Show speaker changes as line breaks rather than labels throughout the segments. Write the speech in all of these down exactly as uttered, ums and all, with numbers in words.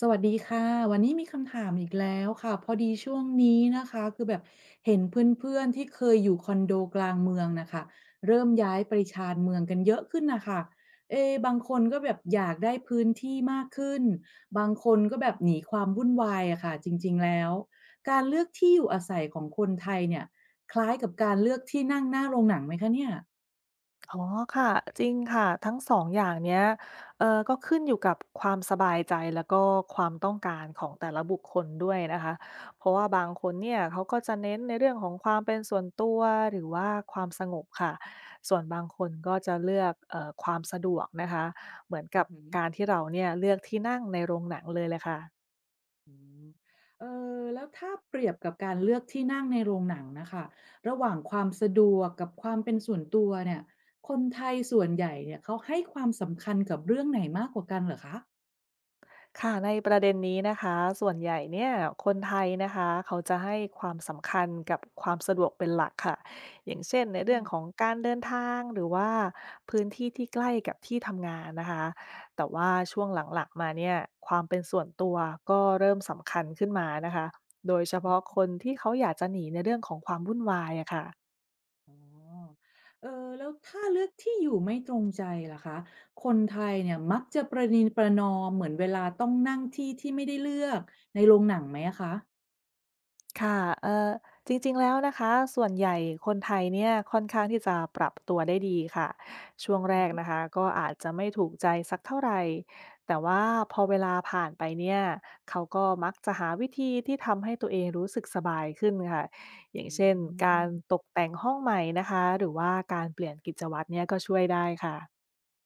สวัสดีค่ะวันนี้มีคำถามอีกแล้วค่ะพอดีช่วงนี้นะคะคือแบบเห็นเพื่อนๆที่เคยอยู่คอนโดกลางเมืองนะคะเริ่มย้ายไปชานเมืองกันเยอะขึ้นนะคะเอ๊บางคนก็แบบอยากได้พื้นที่มากขึ้นบางคนก็แบบหนีความวุ่นวายอะค่ะจริงๆแล้วการเลือกที่อยู่อาศัยของคนไทยเนี่ยคล้ายกับการเลือกที่นั่งหน้าโรงหนังไหมคะเนี่ย
อ๋อค่ะจริงค่ะทั้งสององอย่างเนี้ยเออก็ขึ้นอยู่กับความสบายใจแล้วก็ความต้องการของแต่ละบุคคลด้วยนะคะเพราะว่าบางคนเนี่ยเขาก็จะเน้นในเรื่องของความเป็นส่วนตัวหรือว่าความสงบค่ะส่วนบางคนก็จะเลือกเอ่อความสะดวกนะคะเหมือน
อื
กั
อ
บ
หือ
การที่เราเนี่ยเลือกที่นั่งในโรงหนังเลยแหละค่ะ
อืมเออแล้วถ้าเปรียบกับการเลือกที่นั่งในโรงหนังนะคะระหว่างความสะดวกกับความเป็นส่วนตัวเนี่ยคนไทยส่วนใหญ่เนี่ยเขาให้ความสำคัญกับเรื่องไหนมากกว่ากันเหรอคะ
ค่ะในประเด็นนี้นะคะส่วนใหญ่เนี่ยคนไทยนะคะเขาจะให้ความสำคัญกับความสะดวกเป็นหลักค่ะอย่างเช่นใน
อื
เรื่องข
ม
องการเดินทางหรือว่าพื้นที่ที่ใกล้กับที่ทำงานนะคะแต่ว่าช่วงหลังๆมาเนี่ยความเป็นส่วนตัวก็เริ่มสำคัญขึ้นมานะคะโดยเฉพาะคนที่เขาอยากจะหนีในเรื่องของความวุ่นวายอะค่ะ
อ๋อเออแล้วถ้าเลือกที่อยู่ไม่ตรงใจล่ะคะคนไทยเนี่ยมักจะประนีประนอมเหมือนเวลาต้องนั่งที่ที่ไม่ได้เลือกในโรงหนังไหมอะคะ
ค่ะเอ่อจริงๆ แล้วนะคะ ส่วนใหญ่คนไทยเนี่ยค่อนข้างที่จะปรับตัวได้ดีค่ะ ช่วงแร
อื
ก
อ
นะคะก็อาจจะไม่ถูกใจสักเท่าไหร่แต่ว่าพอเวลาผ่านไปเนี่ยเขาก็มักจะหาวิธีที่ทำให้ตัวเองรู้สึกสบายขึ้นค่ะ อย่าง
อื
เช่นกา
ม
รตกแต่งห้องใหม่นะคะ หรือว่าการเปลี่ยนกิจวัตรเนี่ยก็ช่วยได้ค่ะ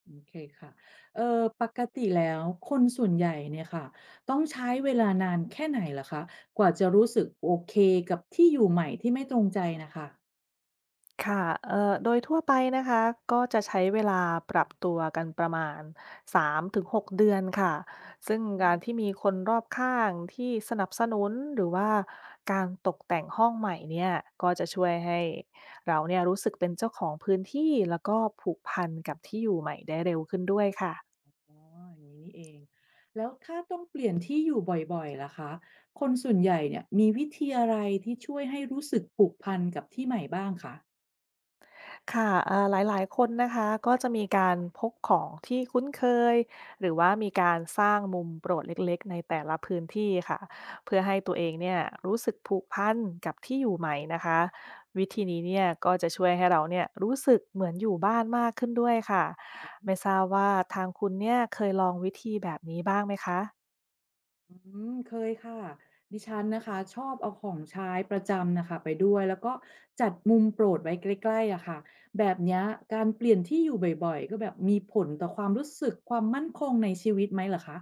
โอเคค่ะเอ่อปกติแล้วคนส่วนใหญ่เนี่ยค่ะต้องใช้เวลานานแค่ไหนเหรอคะ กว่าจะรู้สึกโอเคกับที่อยู่ใหม่ที่ไม่ตรงใจนะคะ
ค่ะเอ่อโดยทั่วไปนะคะก็จะใช้เวลาปรับตัวกันประมาณสามถึงหกเดือนค่ะซึ่ง
อื
การ
ม
ที่มีคนรอบข้างที่สนับสนุนหรือว่าการตกแต่งห้องใหม่เนี่ยก็จะช่วยให้เราเนี่ยรู้สึกเป็นเจ้าของพื้นที่แล้วก็ผูกพันกับที่อยู่ใหม่ได้เร็วขึ้นด้วยค่ะ
อ๋ออย่างนี้นี่เองแล้วถ้าต้องเปลี่ยนที่อยู่บ่อยๆล่ะคะคนส่วนใหญ่เนี่ยมีวิธีอะไรที่ช่วยให้รู้สึกผูกพันกับที่ใหม่บ้างคะ
ค่ะเอ่อหลายๆคนนะคะก็จะมีการพกของที่คุ้นเคยหรือว่ามีการสร้างมุมโปรดเล็กๆในแต่ละพื้นที่ค่ะเพื่อให้ตัวเองเนี่ยรู้สึกผูกพันกับที่อยู่ใหม่นะคะวิธีนี้เนี่ยก็จะช่วยให้เราเนี่ยรู้สึกเหมือนอยู่บ้านมากขึ้นด้วยค่ะไม่ทราบว่าทางคุณเนี่ยเคยลองวิธีแบบนี้บ้างไหมคะ
อืมเคยค่ะดิฉันนะคะชอบเอาของใช้ประจำนะคะไปด้วยแล้วก็จัดมุมโปรดไว้ใกล้ๆอะค่ะแบบเนี้ยการเปลี่ยนที่อยู่บ่อยๆก็แบบมีผลต่อความรู้สึกความมั่นคงในชีวิตไหมเหรอคะ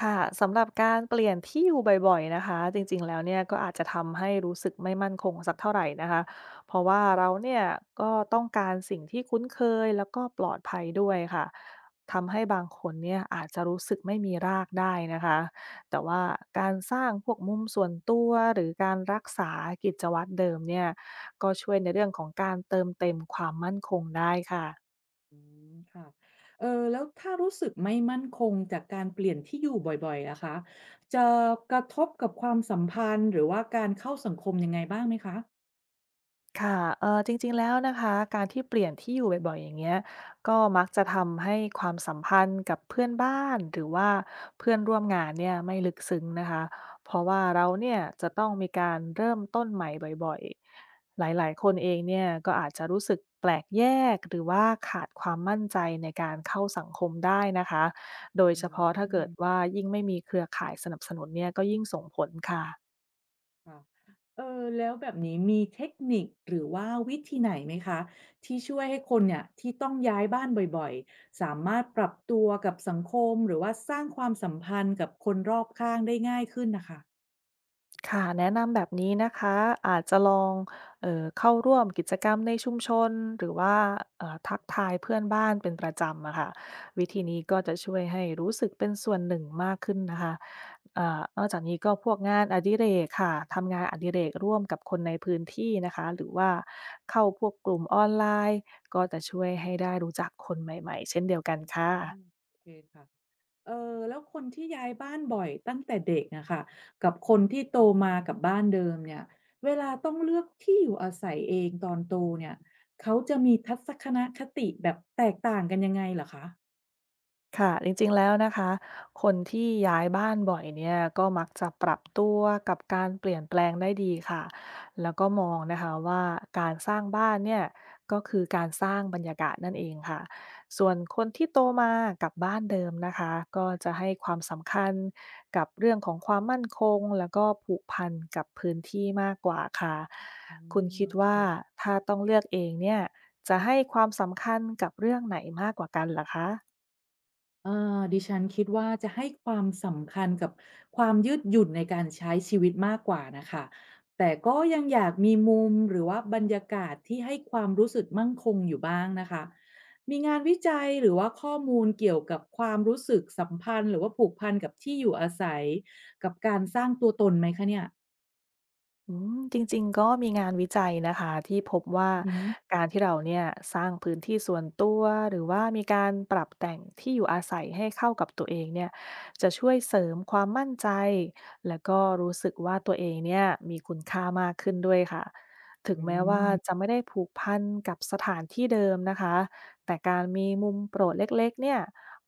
ค่ะสำหรับการเปลี่ยนที่อยู่บ่อยๆนะคะจริงๆแล้วเนี่ยก็อาจจะทำให้รู้สึกไม่มั่นคงสักเท่าไหรนะคะเพราะว่าเราเนี่ยก็ต้องการสิ่งที่คุ้นเคยแล้วก็ปลอดภัยด้วยค่ะทำให้บางคนเนี่ยอาจจะรู้สึกไม่มีรากได้นะคะแต่ว่าการสร้างพวกมุมส่วนตัวหรือการรักษากิจวัตรเดิมเนี่ยก็ช่วยในเรื่องของการเติมเต็มความมั่นคงได้ค่ะ
อืมค่ะเออแล้วถ้ารู้สึกไม่มั่นคงจากการเปลี่ยนที่อยู่บ่อยๆละคะจะกระทบกับความสัมพันธ์หรือว่าการเข้าสังคมยังไงบ้างไหมคะ
ค่ะเอ่อจริงๆ แล้วนะคะ การที่เปลี่ยนที่อยู่บ่อยๆอย่างเงี้ยก็มักจะทำให้ความสัมพันธ์กับเพื่อนบ้าน หรือว่าเพื่อนร่วมงานเนี่ยไม่ลึกซึ้งนะคะ เพราะว่าเราเนี่ยจะต้องมีการเริ่มต้นใหม่บ่อยๆ หลายๆ คนเองเนี่ยก็อาจจะรู้สึกแปลกแยกหรือว่าขาดความมั่นใจในการเข้าสังคมได้นะคะ โดย
อื
เฉพาะถ้าเกิด
ม
ว่ายิ่งไม่มีเครือข่ายสนับสนุนเนี่ยก็ยิ่งส่งผลค่ะ
ค่ะเออแล้วแบบนี้มีเทคนิคหรือว่าวิธีไหนไหมคะที่ช่วยให้คนเนี่ยที่ต้องย้ายบ้านบ่อยๆสามารถปรับตัวกับสังคมหรือว่าสร้างความสัมพันธ์กับคนรอบข้างได้ง่ายขึ้นนะคะ
ค่ะแนะนำแบบนี้นะคะอาจจะลองเอ่อเข้าร่วมกิจกรรมในชุมชนหรือว่าเอ่อทักทายเพื่อนบ้านเป็นประจำอะค่ะวิธีนี้ก็จะช่วยให้รู้สึกเป็นส่วนหนึ่งมากขึ้นนะคะอ่านอกจากนี้ก็พวกงานอดิเรกค่ะทำงานอดิเรกร่วมกับคนในพื้นที่นะคะหรือว่าเข้าพวกกลุ่มออนไลน์ก็จะช่วยให้ได้รู้จักคนใหม่ๆเช่นเดียวกันค
อืม
่ะ
โอเคค่ะเออแล้วคนที่ย้ายบ้านบ่อยตั้งแต่เด็กนะคะกับคนที่โตมากับบ้านเดิมเนี่ยเวลาต้องเลือกที่อยู่อาศัยเองตอนโตเนี่ยเขาจะมีทัศนคติแบบแตกต่างกันยังไงเหรอคะ
ค่ะจริงๆแล้วนะคะคนที่ย้ายบ้านบ่อยเนี่ยก็มักจะปรับตัวกับการเปลี่ยนแปลงได้ดีค่ะแล้วก็มองนะคะว่าการสร้างบ้านเนี่ยก็คือการสร้างบรรยากาศนั่นเองค่ะส่วนคนที่โตมากับบ้านเดิมนะคะก็จะให้ความสำคัญกับเรื่องของความมั่นคงแล้วก็ผูกพันกับพื้นที่มากกว่าค่ะ
อื
คุณ
ม
คิ
โอ
ด
เค
ว่าถ้าต้องเลือกเองเนี่ยจะให้ความสำคัญกับเรื่องไหนมากกว่ากันล่ะคะ
เอ่อดิฉันคิดว่าจะให้ความสำคัญกับความยืดหยุ่นในการใช้ชีวิตมากกว่านะคะแต่ก็ยังอยากมีมุมหรือว่าบรรยากาศที่ให้ความรู้สึกมั่นคงอยู่บ้างนะคะมีงานวิจัยหรือว่าข้อมูลเกี่ยวกับความรู้สึกสัมพันธ์หรือว่าผูกพันกับที่อยู่อาศัยกับการสร้างตัวตนไหมคะเนี่ย
อืมจริงๆก็มีงานวิจัยนะคะที่พบว่า
อือฮึ
การที่เราเนี่ยสร้างพื้นที่ส่วนตัวหรือว่ามีการปรับแต่งที่อยู่อาศัยให้เข้ากับตัวเองเนี่ยจะช่วยเสริมความมั่นใจแล้วก็รู้สึกว่าตัวเองเนี่ยมีคุณค่ามากขึ้นด้วยค่ะถึง
อื
แม้ว่า
ม
จะไม่ได้ผูกพันกับสถานที่เดิมนะคะแต่การมีมุมโปรดเล็กๆเนี่ย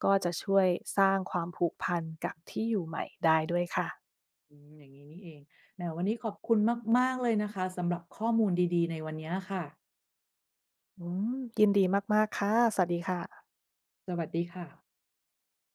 ก็จะช่วยสร้างความผูกพันกับที่อยู่ใหม่ได้ด้วยค่ะ
อืมอย่างงี้นี่เองแหมวันนี้ขอบคุณมากๆเลยนะคะสำหรับข้อมูลดีๆในวันเนี้ยค่ะ
อืมยินดีมากๆค่ะสวัสดีค่ะ
สวัสดีค่ะ